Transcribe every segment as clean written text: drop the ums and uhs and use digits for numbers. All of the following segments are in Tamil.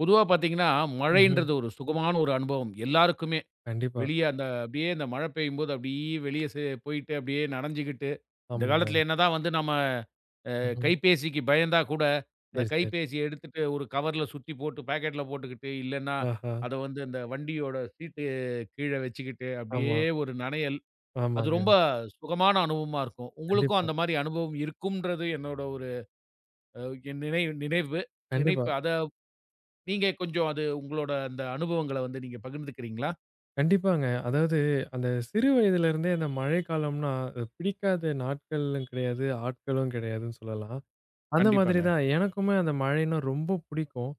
பொதுவா பார்த்தீங்கன்னா, ம்ஹ்ம். மழைன்றது ஒரு சுகமான ஒரு அனுபவம். எல்லாருக்குமே. கண்டிப்பா. வெளிய அந்த அப்படியே அந்த மழை பெய்யும்போது அப்படியே வெளிய போயிட்டு அப்படியே நனஞ்சுகிட்டு, இந்த ஆமாங்க. காலத்தில என்னதான் வந்து நம்ம ம்ஹ்ம். கைபேசிக்கு பயந்தா கூட, இந்த சரி, சரி. கைபேசிய எடுத்துட்டு ஒரு கவர்ல சுத்தி போட்டு பாக்கெட்ல போட்டுக்கிட்டு, இல்லன்னா ஆஹா! அத வந்து அந்த வண்டியோட சீட்டு கீழ வச்சுக்கிட்டு, அப்படியே ஆமா. ஒரு நனையல். அது ஆமாங்க. ரொம்ப சுகமான அனுபவமா இருக்கும். உங்களுக்கும் கண்டிப்பா. அந்த மாரி அனுபவம் இருக்கும்ன்றது என்னோட ஒரு அ நினை நினைவு நினைவு கண்டிப்பா. நினைப்பு. அத நீங்க கொஞ்சம் அது உங்களோட அந்த அனுபவங்கள வந்து நீங்க பகிர்ந்துக்கிறீங்களா? கண்டிப்பாங்க. அதாவது அந்த சிறு வயதிலிருந்தே அந்த மழைக்காலம்னா, அது பிடிக்காத நாட்களும் கிடையாது, ஆட்களும் கிடையாதுன்னு சொல்லலாம். அந்த மாதிரி கண்டிப்பாங்க. தான் எனக்குமே அந்த மழைன்னா ரொம்ப பிடிக்கும்.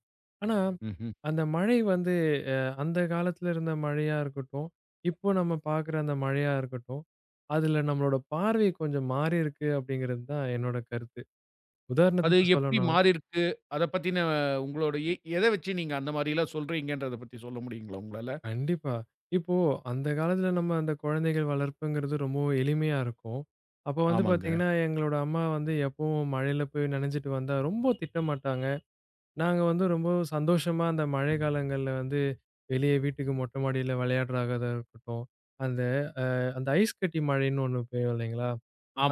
ஆனா, ம்ஹ்ம். அந்த மழை வந்து அ அந்த காலத்துல இருந்த மழையா இருக்கட்டும், இப்போ நம்ம பார்க்குற அந்த மழையா இருக்கட்டும், அதுல நம்மளோட பார்வை கொஞ்சம் மாறியிருக்கு அப்படிங்கிறது தான் என்னோட கருத்து. அது உதாரணத்துக்கு எப்படி சொல்லணும்னா மாறியிருக்கு? அத பத்தின உங்களோட எத வச்சு நீங்க அந்த மாரிலாம் சொல்றீங்கன்றத பத்தி சொல்ல முடியுங்களா உங்களால? கண்டிப்பா. இப்போ அந்த காலத்துல நம்ம அந்த குழந்தைகள் வளர்ப்புங்கிறது ரொம்பவும் எளிமையா இருக்கும். அப்ப வந்து ஆமாங்க, பாத்தீங்கன்னா, எங்களோட அம்மா வந்து எப்பவும் மழையில போய் நனைஞ்சுட்டு வந்தா ரொம்ப திட்ட மாட்டாங்க. நாங்க வந்து ரொம்ப சந்தோஷமா அந்த மழை காலங்கள்ல வந்து வெளிய வீட்டுக்கு மொட்டை மாடியில விளையாடுறதா இருக்கட்டும். அந்த அந்த ஐஸ் கட்டி மழைன்னு ஒண்ணு பெய்யும் இல்லைங்களா?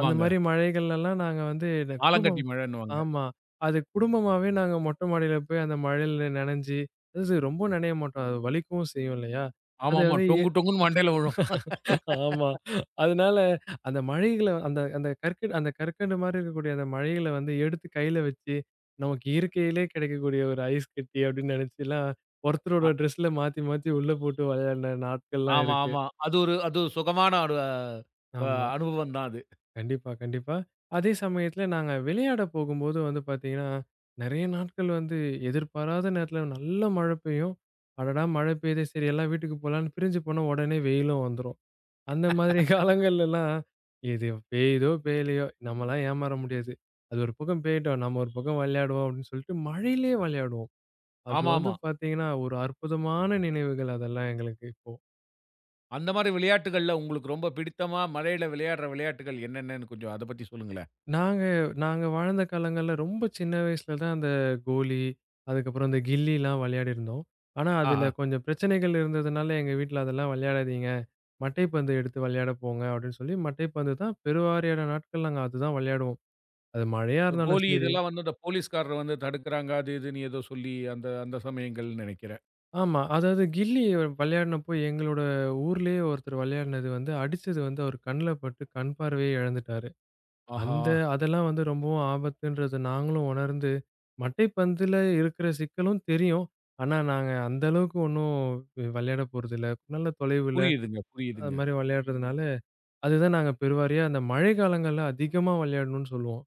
அந்த மாரி மழைகள்லலாம் நாங்க வந்து இந்த குடும்பம். ஆலங்கட்டி மழைன்னுவாங்க. ஆமா. அது குடும்பமாவே நாங்க மொட்டை மாடியில போய் அந்த மழையில நனைஞ்சு, அது ரொம்ப நனைய மாட்டோம். அது வலிக்கவும் செய்யும் இல்லையா? அது ஆமாமா. வந்து டொங்கு டொங்குன்னு மண்டையில விழும். ஆமா. அதனால அந்த மழைகள அந்த அந்த கற்கண்டு கற்கண்டு மாரி இருக்கக்கூடிய அந்த மழைகள வந்து எடுத்து கையில வச்சு, நமக்கு இயற்கையிலே கிடைக்கக்கூடிய ஒரு ஐஸ் கட்டி அப்படின்னு நினைச்சுலாம், ஒருத்தரோட அ ட்ரெஸ்ல மாத்தி மாத்தி உள்ள போட்டு விளையாடின நாட்கள்லாம் ஆமா, இருக்கு. ஆமா. அது ஒரு சுகமான ஒரு அ ஆமா. அனுபவம் தான் அது. கண்டிப்பா, கண்டிப்பா. அதே சமயத்துல நாங்க விளையாட போகும்போது வந்து பார்த்தீங்கன்னா, நெறைய நாட்கள் வந்து எதிர்பாராத நேரத்துல நல்ல மழை பெய்யும். அடடா! மழை பெய்யுதே சரி எல்லாம் வீட்டுக்கு போலான்னு பிரிஞ்சு போனா உடனே வெயிலும் வந்துரும். அந்த மாதிரி காலங்கள்லலாம், எது பெய்யுதோ, பெய்யலையோ நம்மலாம் ஏமாற முடியாது. அது ஒரு பக்கம் பெய்யட்டும், நம்ம ஒரு பக்கம் விளையாடுவோம் அப்படின்னு சொல்லிட்டு மழையிலயே விளையாடுவோம். அது வந்து ஆமாமா. பார்த்தீங்கன்னா, ஒரு அற்புதமான நினைவுகள் அதெல்லாம் எங்களுக்கு இப்போ. அந்த மாரி விளையாட்டுகள்ல உங்களுக்கு ரொம்ப பிடித்தமா மழையில விளையாடுற விளையாட்டுகள் என்னென்னன்னு கொஞ்சம் அத பத்தி சொல்லுங்களேன். நாங்க நாங்க வாழ்ந்த காலங்கள்ல ரொம்ப சின்ன வயசுல தான் அந்த கோலி, அதுக்கப்புறம் இந்த கில்லிலாம் விளையாடியிருந்தோம். ஆனா, அதுல ஆஹ. கொஞ்சம் பிரச்சனைகள் இருந்ததுனால எங்க வீட்ல அதெல்லாம் விளையாடாதீங்க. மட்டைப்பந்து எடுத்து விளையாட போங்க அப்படின்னு சொல்லி மட்டைப்பந்து தான் பெருவாரியான நாட்கள் நாங்க அதுதான் விளையாடுவோம். அது மழையா இந்த இருந்தாலும் கோலி சரி. இதெல்லாம் வந்து அந்த போலீஸ்காரர் வந்து தடுக்குறாங்க. அது இதுன்னு ஏதோ சொல்லி அந்த அந்த சமயங்கள்னு நெனைக்கிறேன். ஆமா. அதாவது கில்லி விளையாடினப்போ எங்களோட ஊர்லயே ஒருத்தர் விளையாடினது வந்து அடிச்சது வந்து அவர் கண்ல பட்டு கண் பார்வையே இழந்துட்டாரு. ஆஹா! அந்த அதெல்லாம் வந்து ரொம்பவும் ஆபத்துன்றது நாங்களும் உணர்ந்து, மட்டைப்பந்துல இருக்கிற சிக்கலும் தெரியும். ஆனா, நாங்க அந்த அளவுக்கு ஒண்ணும் விளையாட போறதில்ல. நல்ல தொலைவுல புரியுதுங்க, அது புரியுதுங்க. மாரி விளையாடுறதுனால அதுதான் நாங்க பெருவாரியா அந்த மழை காலங்கள்ல அதிகமா விளையாடணும்னு சொல்லுவோம்.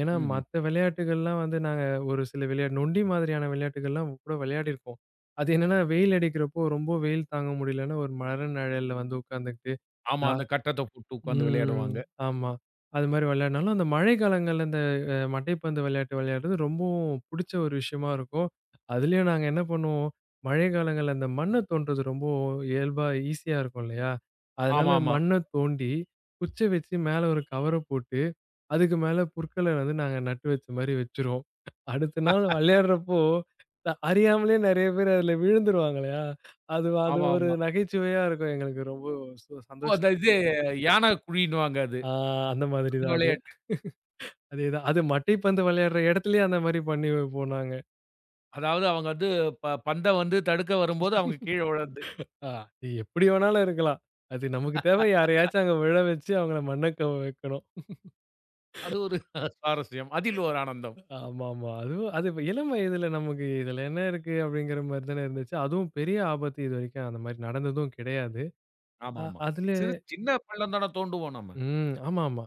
ஏன்னா, ம்ஹ்ம். மத்த விளையாட்டுகள்லாம் வந்து நாங்க ஒரு சில விளையாட்டு நொண்டி மாதிரியான விளையாட்டுகள்லாம் கூட விளையாடியிருக்கோம். அது என்னன்னா வெயில் அடிக்கிறப்போ ரொம்ப வெயில் தாங்க முடியலன்னா ஒரு மர நிழல்ல வந்து உட்காந்துக்கிட்டு ஆமா. இந்த அந்த கட்டத்த போட்டு உட்காந்து ம். விளையாடுவாங்க. ஆமா. அது மாரி விளையாடுனாலும், அந்த மழை காலங்கள்ல இந்த மட்டைப்பந்து விளையாட்டு விளையாடுறது ரொம்பவும் புடிச்ச ஒரு விஷயமா இருக்கும். அதுலயும் நாங்க என்ன பண்ணுவோம், மழை காலங்கள்ல அந்த மண்ண தோண்டுறது ரொம்ப இயல்பா ஈஸியா இருக்கும் இல்லையா? அதனால ஆமாமா. மண்ண தோண்டி, குச்ச வச்சு மேல ஒரு கவர போட்டு, அதுக்கு மேல புற்கள வந்து நாங்க நட்டு வச்ச மாரி வச்சுருவோம். அடுத்த நாள் விளையாடுறப்போ, அறியாமலே நெறைய பேர் அதுல விழுந்துருவாங்க இல்லையா? அது அது ஒரு ஆமாமா. நகைச்சுவையா இருக்கும் எங்களுக்கு ரொம்ப சோ ஓ! அந்த சந்தோஷத்த இது குடுக்கும். யானை குழின்னுவாங்க அது. ஆ அந்த மாதிரி அந்த தான் அது. விளையாட்டு. அதேதான். அது மட்டைப்பந்து விளையாடுற இடத்துலயே அந்த மாரி பண்ணி போனாங்க. அதாவது அவங்க வந்து பந்த வந்து தடுக்க வரும்போது அவங்க கீழ விழந்து. அது எப்படி வேணாலும் இருக்கலாம். அது நமக்கு தேவை யாரையாச்சும் அங்க விழ வச்சு அவங்கள மண்ணக்கவ வைக்கணும். அது ஒரு சுவாரஸ்யம். அதில் ஒரு ஆனந்தம். ஆமாமா. அதுவும் அது இப்ப இளம் வயதுல நமக்கு இதில என்ன இருக்கு அப்படிங்கிற மாரி தானே இருந்துச்சு. அதுவும் பெரிய ஆபத்து இதுவரைக்கும் அந்த மாரி நடந்ததும் கிடையாது. ஆமாமா. அதுல சிறு சின்ன பள்ளம் தான தோண்டுவோம் நம்ம. ம். ஆமாமா.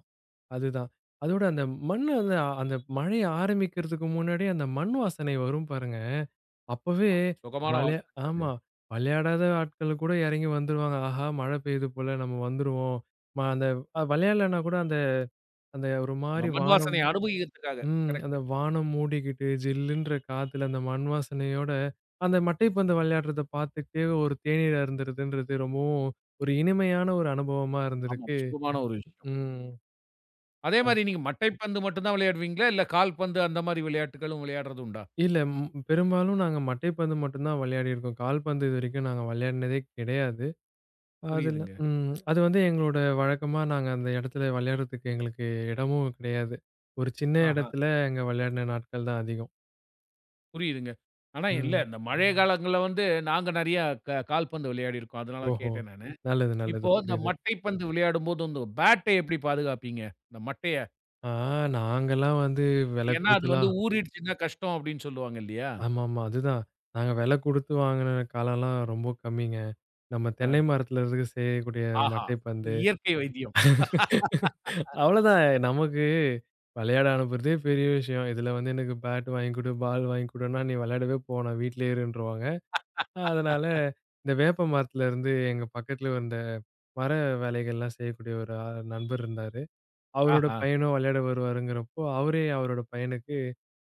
அதுதான். அதோட அந்த மண்ணு வந்து அந்த மழை ஆரம்பிக்கிறதுக்கு முன்னாடியே அந்த மண் வாசனை வரும் பாருங்க. அப்பவே சுகமான வெளையா வாசனைங்க அது. ஆமா. வெளையாடாத ஆட்கள் கூட எறங்கி வந்துருவாங்க. ஆஹா! மழை பெய்யுது போல நம்ம வந்துருவோம். அந்த வெளையாடலன்னா கூட அந்த அந்த ஒரு அந்த மாரி மண் வானம் வாசனைய அனுபவிக்கிறதுக்காக. ம். கரெக்ட். அந்த வானம் மூடிக்கிட்டு ஜில்லுன்ற காத்துல அந்த மண் வாசனையோட, அந்த மட்டைப்பந்து வெளையாடுறத பார்த்துட்டே ஒரு தேநீர் அருந்துறதுன்றது ரொம்பவும் ஒரு இனிமையான ஒரு அனுபவமா ஆமா. இருந்திருக்கு. சுகமான ஒரு விஷயம். ம். அதே அதான். மாரி நீங்க மட்டைப்பந்து மட்டும் தான் விளையாடுவீங்களா? இல்ல கால்பந்து அந்த மாரி விளையாட்டுகளும் விளையாடுறது உண்டா? இல்ல பெரும்பாலும் நாங்க மட்டைப்பந்து மட்டும் தான் வெளையாடியிருக்கோம். கால்பந்து இதுவரைக்கும் நாங்க வெளையாடினதே கிடையாது. அதுல புரியுதுங்க. ம். அது வந்து எங்களோட வழக்கமா நாங்க அந்த இடத்துல விளையாடுறதுக்கு எங்களுக்கு இடமும் கிடையாது. ஒரு சின்ன ஆஹா, இடத்துல அங்க விளையாடின நாட்கள் தான் அதிகம். புரியுதுங்க. ஆனா இல்ல, ம். இந்த மழை காலங்கள்ல வந்து நாங்க நெறையா கால்பந்து விளையாடியிருக்கோம். அதனால ஓஹோ! கேட்டேன் நானு. நல்லது, நல்லது. இப்போ இந்த புரியுது. மட்டைப்பந்து விளையாடும்போது வந்து பேட்ட எப்படி பாதுகாப்பீங்க? இந்த மட்டைய. ஆ நாங்கலாம் வந்து விலை ஏன்னா, அது வந்து குடுத்துலாம். ஊறிடுச்சுன்னா கஷ்டம் அப்படின்னு சொல்லுவாங்க இல்லையா? ஆமாமா. அதுதான். நாங்க விலை குடுத்து வாங்குன காலம்லாம் ரொம்ப கம்மிங்க. நம்ம தென்னை அ. மரத்துல இருந்து செய்யக்கூடிய ஆஹா! மட்டைப்பந்து. இயற்கை வைத்தியம். அவ்வளோதான். நமக்கு விளையாட அனுப்புறதே பெரிய விஷயம். இதுல வந்து எனக்கு பேட் வாங்கி குடு, பால் வாங்கி குடுன்னா, நீ விளையாடவே போ நான் வீட்லயே இருன்றுவாங்க. அதனால இந்த வேப்ப மரத்துலருந்து எங்க பக்கத்துல இருந்த மர வேலைகள்லாம் செய்யக்கூடிய ஒரு நண்பர் இருந்தாரு. அவரோட ஆஹா! பையனும் விளையாட வருவாருங்கிறப்போ, அவரே அவரோட பையனுக்கு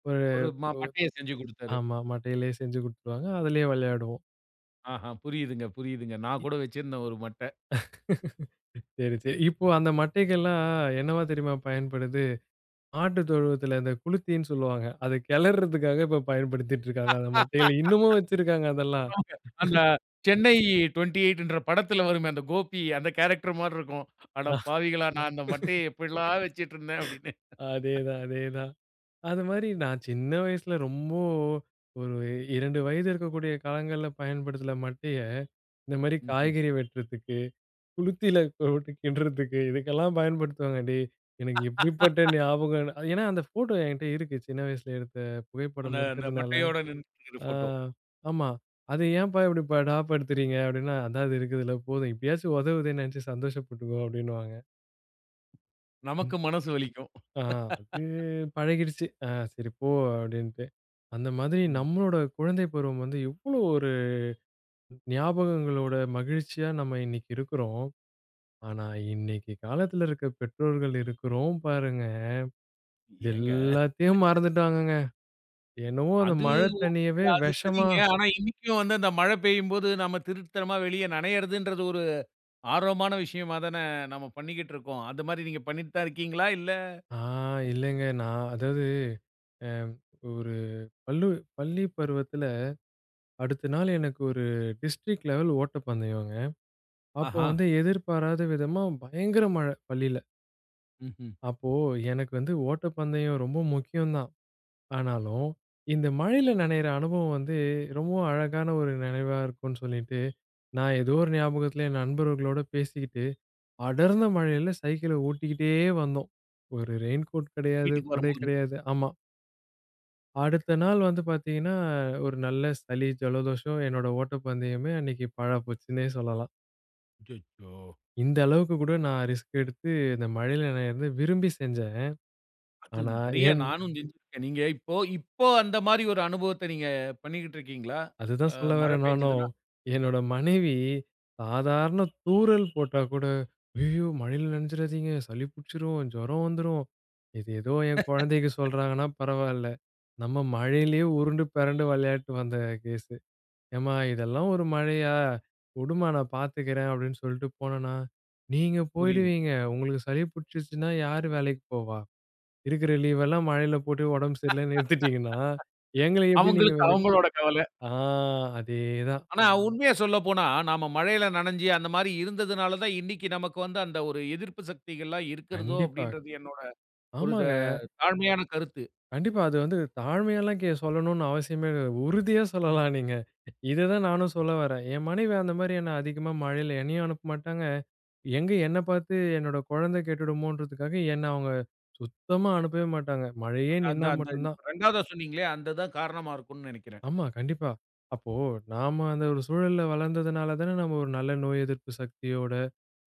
ஒரு ஒரு மட்டைய செஞ்சு குடுத்தாரு. ஆமா, மட்டையிலேயே செஞ்சு குடுத்துருவாங்க. அதிலேயே விளையாடுவோம். ஆஹா, புரியுதுங்க, புரியுதுங்க. நான் கூட வச்சிருந்தேன் ஒரு மட்ட. சரி, சரி. இப்போ அந்த மட்டைகள்லாம் என்னவா தெரியுமா பயன்படுது? மாட்டு தொழுவத்துல இந்த குளுத்தின்னு சொல்லுவாங்க. அத கிளறதுக்காக இப்ப பயன்படுத்திட்டு இருக்காங்க. அந்த மட்டைகள இன்னமும் வச்சிருக்காங்க அதெல்லாம். ஆமாங்க. அந்த சென்னை 28ன்ற படத்துல வருமே, அந்த கோபி அந்த கேரக்டர் மாரி இருக்கும். "அட பாவிகளா! நான் அந்த மட்டைய எப்படிலாம் வச்சுட்டுருந்தேன்" அப்படின்னு. அதேதான், அதேதான். அது மாரி நான் சின்ன வயசுல ரொம்ப ஒரு 2 வயது இருக்கக்கூடிய காலங்கள்ல பயன்படுத்தின மட்டைய, இந்த மாரி ம்ஹ்ம். காய்கறி வெட்டுறதுக்கு, குளுத்தில போட்டு கிண்டுறதுக்கு இதுக்கெல்லாம் பயன்படுத்துவாங்க. டேய்! எனக்கு எப்படிப்பட்ட ஞாபகம் அது ஏன்னா அந்த ஃபோட்டோ என்கிட்ட இருக்கு. சின்ன வயசுல எடுத்த புகைப்படம் அந்த அந்த இருக்கிறதுனால. மட்டையோட நின்னுட்டு இருக்கிற ஆ ஃபோட்டோ. ஆமா. "அது ஏன்ப்பா இப்படி படாப்படுத்துறீங்க?" அப்படின்னா, "அதான் அது இருக்குதுல்ல போதும். இப்படியாச்சும் உதவுதேன்னு நெனச்சு சந்தோஷப்பட்டுக்கோ" அப்படின்னுவாங்க. நமக்கு மனசு வலிக்கும். ஆ அது பழகிடுச்சு. சரி போ அப்படின்ட்டு. அந்த மாதிரி ம். நம்மளோட குழந்தை பருவம் வந்து எவ்வளோ ஒரு ஞாபகங்களோட மகிழ்ச்சியா நம்ம இன்னைக்கு இருக்கிறோம். ஆனா இன்னைக்கு காலத்துல இருக்க பெற்றோர்கள் இருக்கிறோம் பாருங்க. இது ஏங்க, எல்லாத்தையும் மறந்துட்டாங்கங்க. என்னவோ அந்த அது மழை ஓகே. தண்ணியவே அது விஷமா. சரிங்க. ஆனா இன்னைக்கும் வந்து அந்த மழை பெய்யும்போது நம்ம திருட்டுத்தனமா வெளிய நனையறதுன்றது ஒரு ஆர்வமான விஷயமா தானே நம்ம பண்ணிக்கிட்டு இருக்கோம். அந்த மாரி நீங்க பண்ணிட்டு தான் இருக்கீங்களா? இல்ல ஆ இல்லங்க நான் அதாவது அ ஒரு பள்ளு பள்ளி பருவத்துல அடுத்த நாள் எனக்கு ஒரு டிஸ்ட்ரிக்ட் லெவல் ஓட்டப்பந்தயங்க. அப்போ ஆஹா. வந்து எதிர்பாராத விதமா பயங்கர மழை பள்ளியில. ம்ஹ்ம். அப்போ எனக்கு வந்து ஓட்டப்பந்தயம் ரொம்ப முக்கியம் தான். ஆனாலும், இந்த மழையில நனையிற அனுபவம் வந்து ரொம்பவும் அழகான ஒரு நினைவா இருக்கும்ன்னு சொல்லிட்டு, நான் ஏதோ ஒரு ஞாபகத்துல என் நண்பர்களோட பேசிக்கிட்டு, அடர்ந்த மழையில சைக்கிள ஓட்டிக்கிட்டே வந்தோம். ஒரு ரெயின் கோட் கிடையாது, வீட்டுக்கு கொடை வரும்போது. கிடையாது. ஆமா. அடுத்த நாள் வந்து பாத்தீங்கன்னா, ஒரு நல்ல சளி, ஜலதோஷம் என்னோட ஓட்டப்பந்தயமே அன்னைக்கு பாழா போச்சுன்னே சொல்லலாம். அச்சச்சோ! இந்த அளவுக்கு கூட நான் ரிஸ்க் எடுத்து இந்த மழையில நனையிறத விரும்பி செஞ்சேன். அது ஆனா, நெறைய என் நானும் ம். செஞ்சிருக்கேன். நீங்க இப்போ இப்போ அந்த மாரி ஒரு அனுபவத்த நீங்க பண்ணிக்கிட்டு இருக்கீங்களா? அதுதான் அ சொல்ல மழை வரேன் நானும். பெஞ்சதுன்னா? என்னோட மனைவி சாதாரண தூறல் போட்டா கூட, "ஐயயோ! மழையில நனைஞ்சிராதீங்க. சளி புடிச்சிரும், ஜுரம் வந்துரும். இது ஏதோ என் குழந்தைக்கு சொல்றாங்கன்னா பரவால்ல. நம்ம மழையிலேயே உருண்டு பெரண்டு விளையாட்டு வந்த கேஸு. ஏம்மா இதெல்லாம் ஒரு மழையா? உடும்மா நான் பார்த்துக்கிறேன்." அப்படின்னு சொல்லிட்டு போனேனா, "நீங்க புரியுது. போயிடுவீங்க. உங்களுக்கு சளி புடிச்சிருச்சுன்னா யாரு வேலைக்கு போவா? இருக்கிற லீவெல்லாம் மழையில போட்டு உடம்பு சரியில்லன்னு எடுத்துட்டீங்கன்னா, எங்கள எப்படி நீங்க அவங்களுக்கு வேலைக்கு". அவங்களோட கவல. ஆ அதேதான். ஆனா உண்மைய சொல்லப்போனா, நாம மழையில நனஞ்சு அந்த மாரி இருந்ததுனால தான் இன்னைக்கு நமக்கு வந்து அந்த ஒரு எதிர்ப்பு சக்திகள்லாம் இருக்கிறதோ கண்டிப்பா. அப்படின்றது என்னோட ஒரு ஆமாங்க. தாழ்மையான கருத்து. கண்டிப்பா. அது வந்து தாழ்மையாலாம் கே சொல்லணும்னு அவசியமே இல்ல. உறுதியா சொல்லலாம் நீங்க. இத தான் நானும் சொல்ல வரேன். என் மனைவி அந்த மாரி என்ன அதிகமா மழையில என்னையும் அனுப்ப மாட்டாங்க. எங்க என்ன பார்த்து என்னோட குழந்தை கெட்டுடுமோன்றதுக்காக என்ன அவங்க சுத்தமா அனுப்பவே மாட்டாங்க. மழையே அந்த நின்னா அந்த மட்டும் அந்த தான். இப்ப 2வதா சொன்னீங்களே, அந்த தான் காரணமா இருக்கும்னு நெனைக்கிறேன். ஆமா, கண்டிப்பா. அப்போ நாம அந்த ஒரு சூழல்ல வளர்ந்ததுனால தானே நம்ம ஒரு நல்ல நோய் எதிர்ப்பு சக்தியோட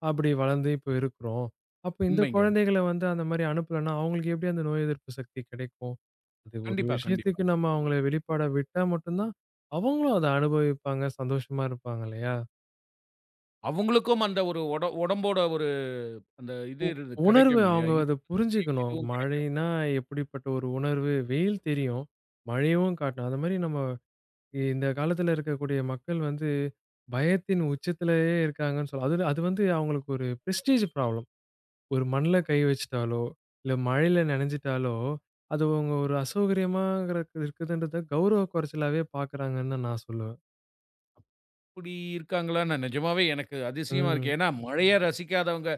அப்படி வளர்ந்து இப்போ இருக்கிறோம். அப்ப இந்த உண்மைங்க. குழந்தைகள வந்து அந்த மாரி அனுப்பலன்னா, அவங்களுக்கு எப்படி அந்த நோய் எதிர்ப்பு சக்தி கிடைக்கும்? அது ஒரு கண்டிப்பா, கண்டிப்பா. விஷயத்துக்கு நம்ம அவங்கள வெளிப்பாடா விட்டா மட்டும் தான், அவங்களும் அத அனுபவிப்பாங்க, சந்தோஷமா இருப்பாங்க இல்லையா? அவங்களுக்கும் அந்த ஒரு ஒடம்போட ஒரு அந்த இது உ உணர்வு கிடைக்கும் இல்லையா? அவங்க அத எதிர்ப்பு சக்தியும் புரிஞ்சுக்கணும். இதுவும் கிடைக்கும். மழைன்னா எப்படிப்பட்ட ஒரு உணர்வு? வெயில் தெரியும், மழையும் காட்டணும். அந்த மாரி நம்ம இந்த காலத்துல இருக்கக்கூடிய மக்கள் வந்து பயத்தின் உச்சத்திலேயே இருக்காங்கன்னு சொல்லலாம். அது அது வந்து அவங்களுக்கு ஒரு பிரெஸ்டீஜ் ப்ராப்ளம். ஒரு மண்ல கை வச்சுட்டாலோ, இல்ல மழையில நனைஞ்சுட்டாலோ, அது அவங்க ஒரு அசௌகரியமாங்கிற இருக்குதுன்றத கௌரவ குறைச்சலாவே பார்க்குறாங்கன்னு தான் நான் சொல்லுவேன். இப்படி இருக்காங்களான்னு நிஜமாவே எனக்கு அதிசயமா இருக்கு. ம். ஏன்னா மழைய ம். ரசிக்காதவங்க,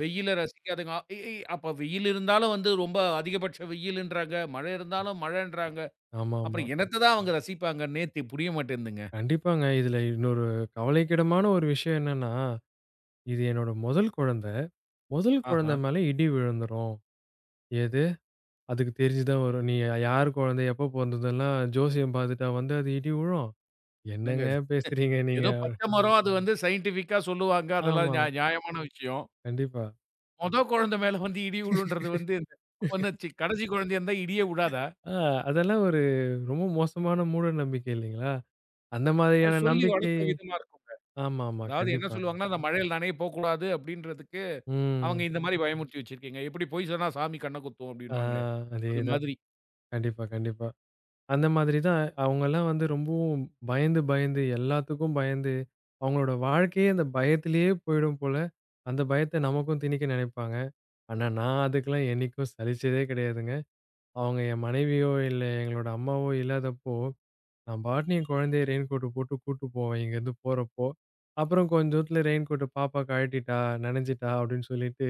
வெயில ரசிக்காதவங்க, அ- இ இ அப்ப வெயில் இருந்தாலும் வந்து ரொம்ப அதிகபட்ச வெயிலுன்றாங்க, மழை இருந்தாலும் மழைன்றாங்க. ஆமாமா. அப்புறம் என்னத்த தான் அவங்க ரசிப்பாங்கன்னே புரிய மாட்டேன்துங்க. கண்டிப்பாங்க. இதுல இன்னொரு கவலைக்கிடமான ஒரு விஷயம் என்னன்னா, இது என்னோட முதல் குழந்தை. முதல் ஆஹா! குழந்தை மேல இடி விழுந்துரும். எது? அதுக்கு தெரிஞ்சு தான் வரும். நீ யார் குழந்தை, எப்போ பொறந்ததெல்லாம் ஜோசியம் பார்த்துட்டா வந்து அது இடி விழும். என்னங்க என்னங்க இது? பேசுறீங்க ஏதோ நீங்க? பச்சை மரம் அது ம். வந்து சயின்டிஃபிக்கா சொல்லுவாங்க. அதெல்லாம் ஆமா. நியாயமான விஷயம். கண்டிப்பா. மொத குழந்தை மேல வந்து இடி விழுன்றது வந்து இந்த ஒண்ணு கடைசி குழந்தையா இருந்தா இடியே விழாதா? ஆ அதெல்லாம் ஒரு ரொம்ப மோசமான மூட நம்பிக்கை இல்லைங்களா? அந்த அது மாதிரியான சொல்லி நம்பிக்கை. வளர்த்த விதமா இருக்கும். ஆமாமா. அதாவது என்ன ம். கண்டிப்பா. சொல்லுவாங்கன்னா, அந்த மழையில நனைய போக்கூடாது அப்படின்றதுக்கு அவங்க ம். இந்த மாரி பயமுறுத்தி வச்சிருக்கீங்க. எப்படி பொய் சொன்னா சாமி கண்ண குத்தும் ஆ அப்படின்னுவாங்களே, அது அதேதான். மாதிரி. கண்டிப்பா, கண்டிப்பா. அந்த மாதிரி தான் அவங்கலாம் வந்து ரொம்பவும் பயந்து, பயந்து எல்லாத்துக்கும் பயந்து, அவங்களோட வாழ்க்கையே அந்த பயத்திலேயே போயிடும் போல. அந்த பயத்த நமக்கும் திணிக்க நினைப்பாங்க. ஆனா நான் அதுக்கெல்லாம் என்னைக்கும் சலிச்சதே கிடையாதுங்க. அவங்க என் மனைவியோ, இல்ல எங்களோட அம்மாவோ இல்லாதப்போ, நான் பாட்டுன்னு என் குழந்தைய ரெயின் கோட் போட்டு கூட்டு போவேன் இங்கேருந்து போறப்போ. அப்புறம் கொஞ்ச தூரத்துல ரெயின் கோட்ட பாப்பா கழட்டிட்டா, நனைஞ்சிட்டா அப்படின்னு சொல்லிட்டு,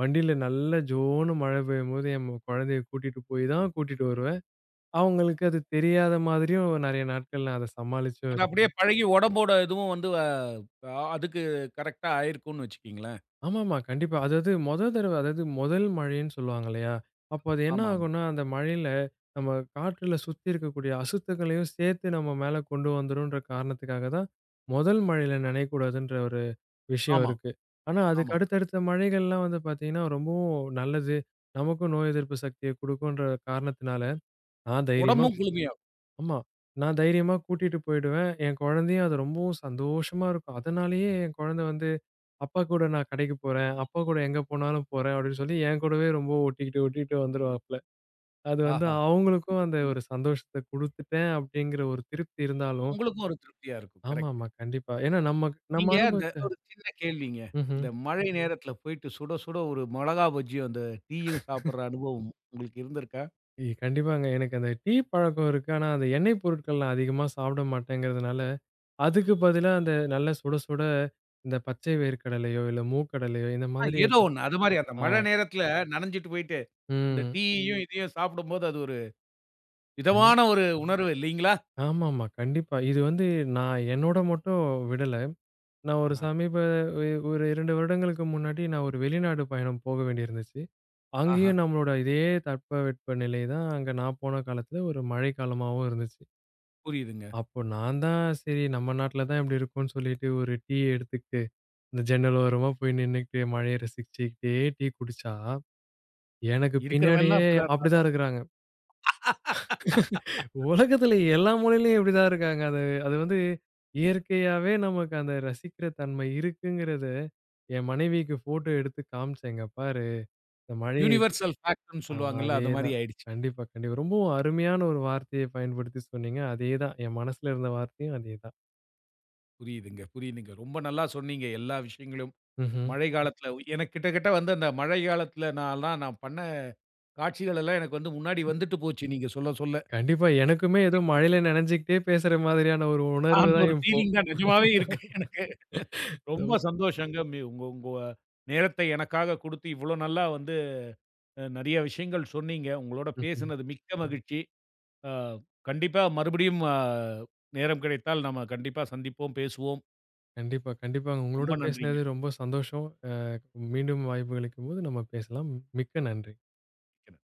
வண்டியில நல்லா ஜோன்னு மழை பெய்யும்போது என் குழந்தைய கூட்டிட்டு போய் தான் கூட்டிட்டு வருவேன். அவங்களுக்கு அது தெரியாத மாதிரியும் நெறைய நாட்கள் நான் அத சமாளிச்சும் அது அப்படியே இருக்கேன். பழகி உடம்போட இதுவும் வந்து அதுக்கு கரெக்ட்டா ஆயிருக்கும்னு வச்சுக்கீங்களேன். ஆமாமா, கண்டிப்பா. அதாவது மொத தடவ அதாவது முதல் மழைன்னு சொல்லுவாங்க இல்லையா? அப்போ அது என்ன ஆமாமா. ஆகும்னா, அந்த மழையில நம்ம காற்றுல சுத்தி இருக்கக்கூடிய அசுத்தங்களையும் சேர்த்து நம்ம மேல கொண்டு வந்துரும்ன்ற காரணத்துக்காக தான், முதல் மழையில நனையக்கூடாதுன்ற ஒரு விஷயம் ஆமா, இருக்கு. ஆனா, அதுக்கு ஆமா. ஆமா அடுத்தடுத்த மழைகள்லாம் வந்து பார்த்தீங்கன்னா, ரொம்பவும் நல்லது. நமக்கும் நோய் எதிர்ப்பு சக்திய குடுக்குன்ற காரணத்தினால, நான் தைரியமா உடம்பும் கூட்டு. குளுமையாகும். ஆமா. நான் தைரியமா கூட்டிட்டு போயிடுவேன். என் குழந்தையும் அது ரொம்பவும் சந்தோஷமா இருக்கும். அதனாலேயே என் குழந்தை வந்து, "அப்பா கூட நான் கடைக்கு போறேன். அப்பா கூட எங்க போனாலும் போறேன்." அப்படின்னு சொல்லி என் கூடவே ரொம்ப ஒட்டிக்கிட்டு, ஒட்டிக்கிட்டு வந்துருவாப்ல. அது வந்து ஆஹா! அவங்களுக்கும் அந்த ஒரு சந்தோஷத்த குடுத்துட்டேன் அப்படிங்கிற ஒரு திருப்தி இருந்தாலும். உங்களுக்கும் ஒரு திருப்தியா இருக்கும். கரெக்ட். ஆமாமா. கண்டிப்பா. ஏன்னா நம்ம நம்ம நீங்க அந்த அனுபவிச்ச. ஒரு சின்ன கேள்விங்க. ம்ஹ்ம். இந்த மழை நேரத்துல போயிட்டு சுட சுட ஒரு மிளகா பஜ்ஜியும், அந்த டீயும் சாப்பிடுற அனுபவம் உங்களுக்கு இருந்திருக்கா? கண்டிப்பாங்க. எனக்கு அந்த டீ பழக்கம் இருக்கு. ஆனா, அந்த எண்ணெய் பொருட்கள் நான் அதிகமா சாப்பிட மாட்டேங்கிறதுனால, அதுக்கு பதிலா அந்த நல்லா சுட சுட இந்த பச்சை வேர்க்கடலையோ, இல்ல மூக்கடலையோ இந்த ஆ மாதிரி ஏதோ அது. ஒண்ணு. அது மாரி அந்த ஆ, மழை நேரத்துல நனஞ்சுட்டு போயிட்டு, அந்த ம். டீயையும் இதையும் சாப்பிடும்போது அது ஒரு இல்ல. விதமான ஒரு உணர்வு இல்லைங்களா? ஆமாமா. கண்டிப்பா. இது வந்து நான் என்னோட மட்டும் விடல. நான் ஒரு ஆஹ. சமீப ஒரு 2 வருடங்களுக்கு முன்னாடி நான் ஒரு வெளிநாடு பயணம் போக வேண்டியிருந்துச்சு. ஆஹா, அங்கேயும் நம்மளோட இதே தட்பவெட்ப நிலை தான் அங்க நான் போன காலத்துல ஒரு மழைக்காலமாவும் இருந்துச்சு. புரியுதுங்க. அப்போ நான் தான் சரி நம்ம நாட்டுல தான் இப்படி இருக்கும்னு சொல்லிட்டு ஒரு டீ எடுத்துக்கிட்டு, இந்த ஜன்னல் ஓரமா போய் நின்னுக்கிட்டு மழைய ரசிச்சுக்கிட்டே டீ குடிச்சா, எனக்கு இருக்கிறவன்லாம் பின்னாடியே அப்படிதான் இருந்தான். அப்படிதான் இருக்கிறாங்க. உலகத்துல எல்லா மூலையிலயும் இப்படிதான் இருக்காங்க. அது அது வந்து இயற்கையாவே நமக்கு அந்த ரசிக்கிற தன்மை இருக்குங்கிறத, என் மனைவிக்கு ஃபோட்டோ எடுத்து காமிச்சேங்க. "பாரு இந்த மழை இது". யுனிவர்சல் ஃபேக்ட்ன்னு ஆ சொல்லுவாங்கல்ல, அது மாரி அதேதான். ஆயிடுச்சு. கண்டிப்பா, கண்டிப்பா. ரொம்பவும் அருமையான ஒரு வார்த்தைய பயன்படுத்தி சொன்னீங்க. அதேதான். என் மனசுல இருந்த வார்த்தையும் அதேதான். புரியுதுங்க, புரியுதுங்க. ரொம்ப நல்லா சொன்னீங்க எல்லா விஷயங்களும். ம்ஹ்ம். மழை காலத்துல எனக்கு கிட்டத்தட்ட வந்து அந்த மழை காலத்துல நான் பண்ண காட்சிகள் எல்லாம் எனக்கு வந்து முன்னாடி வந்துட்டு போச்சு, நீங்க சொல்ல சொல்ல. கண்டிப்பா. எனக்குமே ஏதோ உண்மைய மழையில சொல்லணும்னா, நனைஞ்சுக்கிட்டே பேசுற மாதிரியான ஒரு உணர்வு அந்த தான் ஒரு இப்போ. ஃபீலிங் தான் நிஜமாவே இருக்கு எனக்கு. ரொம் ரொம்ப சந்தோஷங்க. மி உங்க உங்க நேரத்தை எனக்காக குடுத்து, இவ்வளோ நல்லா வந்து நெறைய விஷயங்கள் சொன்னீங்க. உங்களோட ம்ஹ்ம். பேசுனது மிக்க மகிழ்ச்சி. ஆ, கண்டிப்பா மறுபடியும் நேரம் கிடைத்தால் நம்ம கண்டிப்பா சந்திப்போம், பேசுவோம். கண்டிப்பா, கண்டிப்பாங்க. உங்களோட ரொம்ப நன்றிங்க. பேசினது ரொம்ப சந்தோஷம். மீண்டும் வாய்ப்பு கிடைக்கும்போது நம்ம பேசலாம். மிக்க நன்றி. மிக்க நன்றி.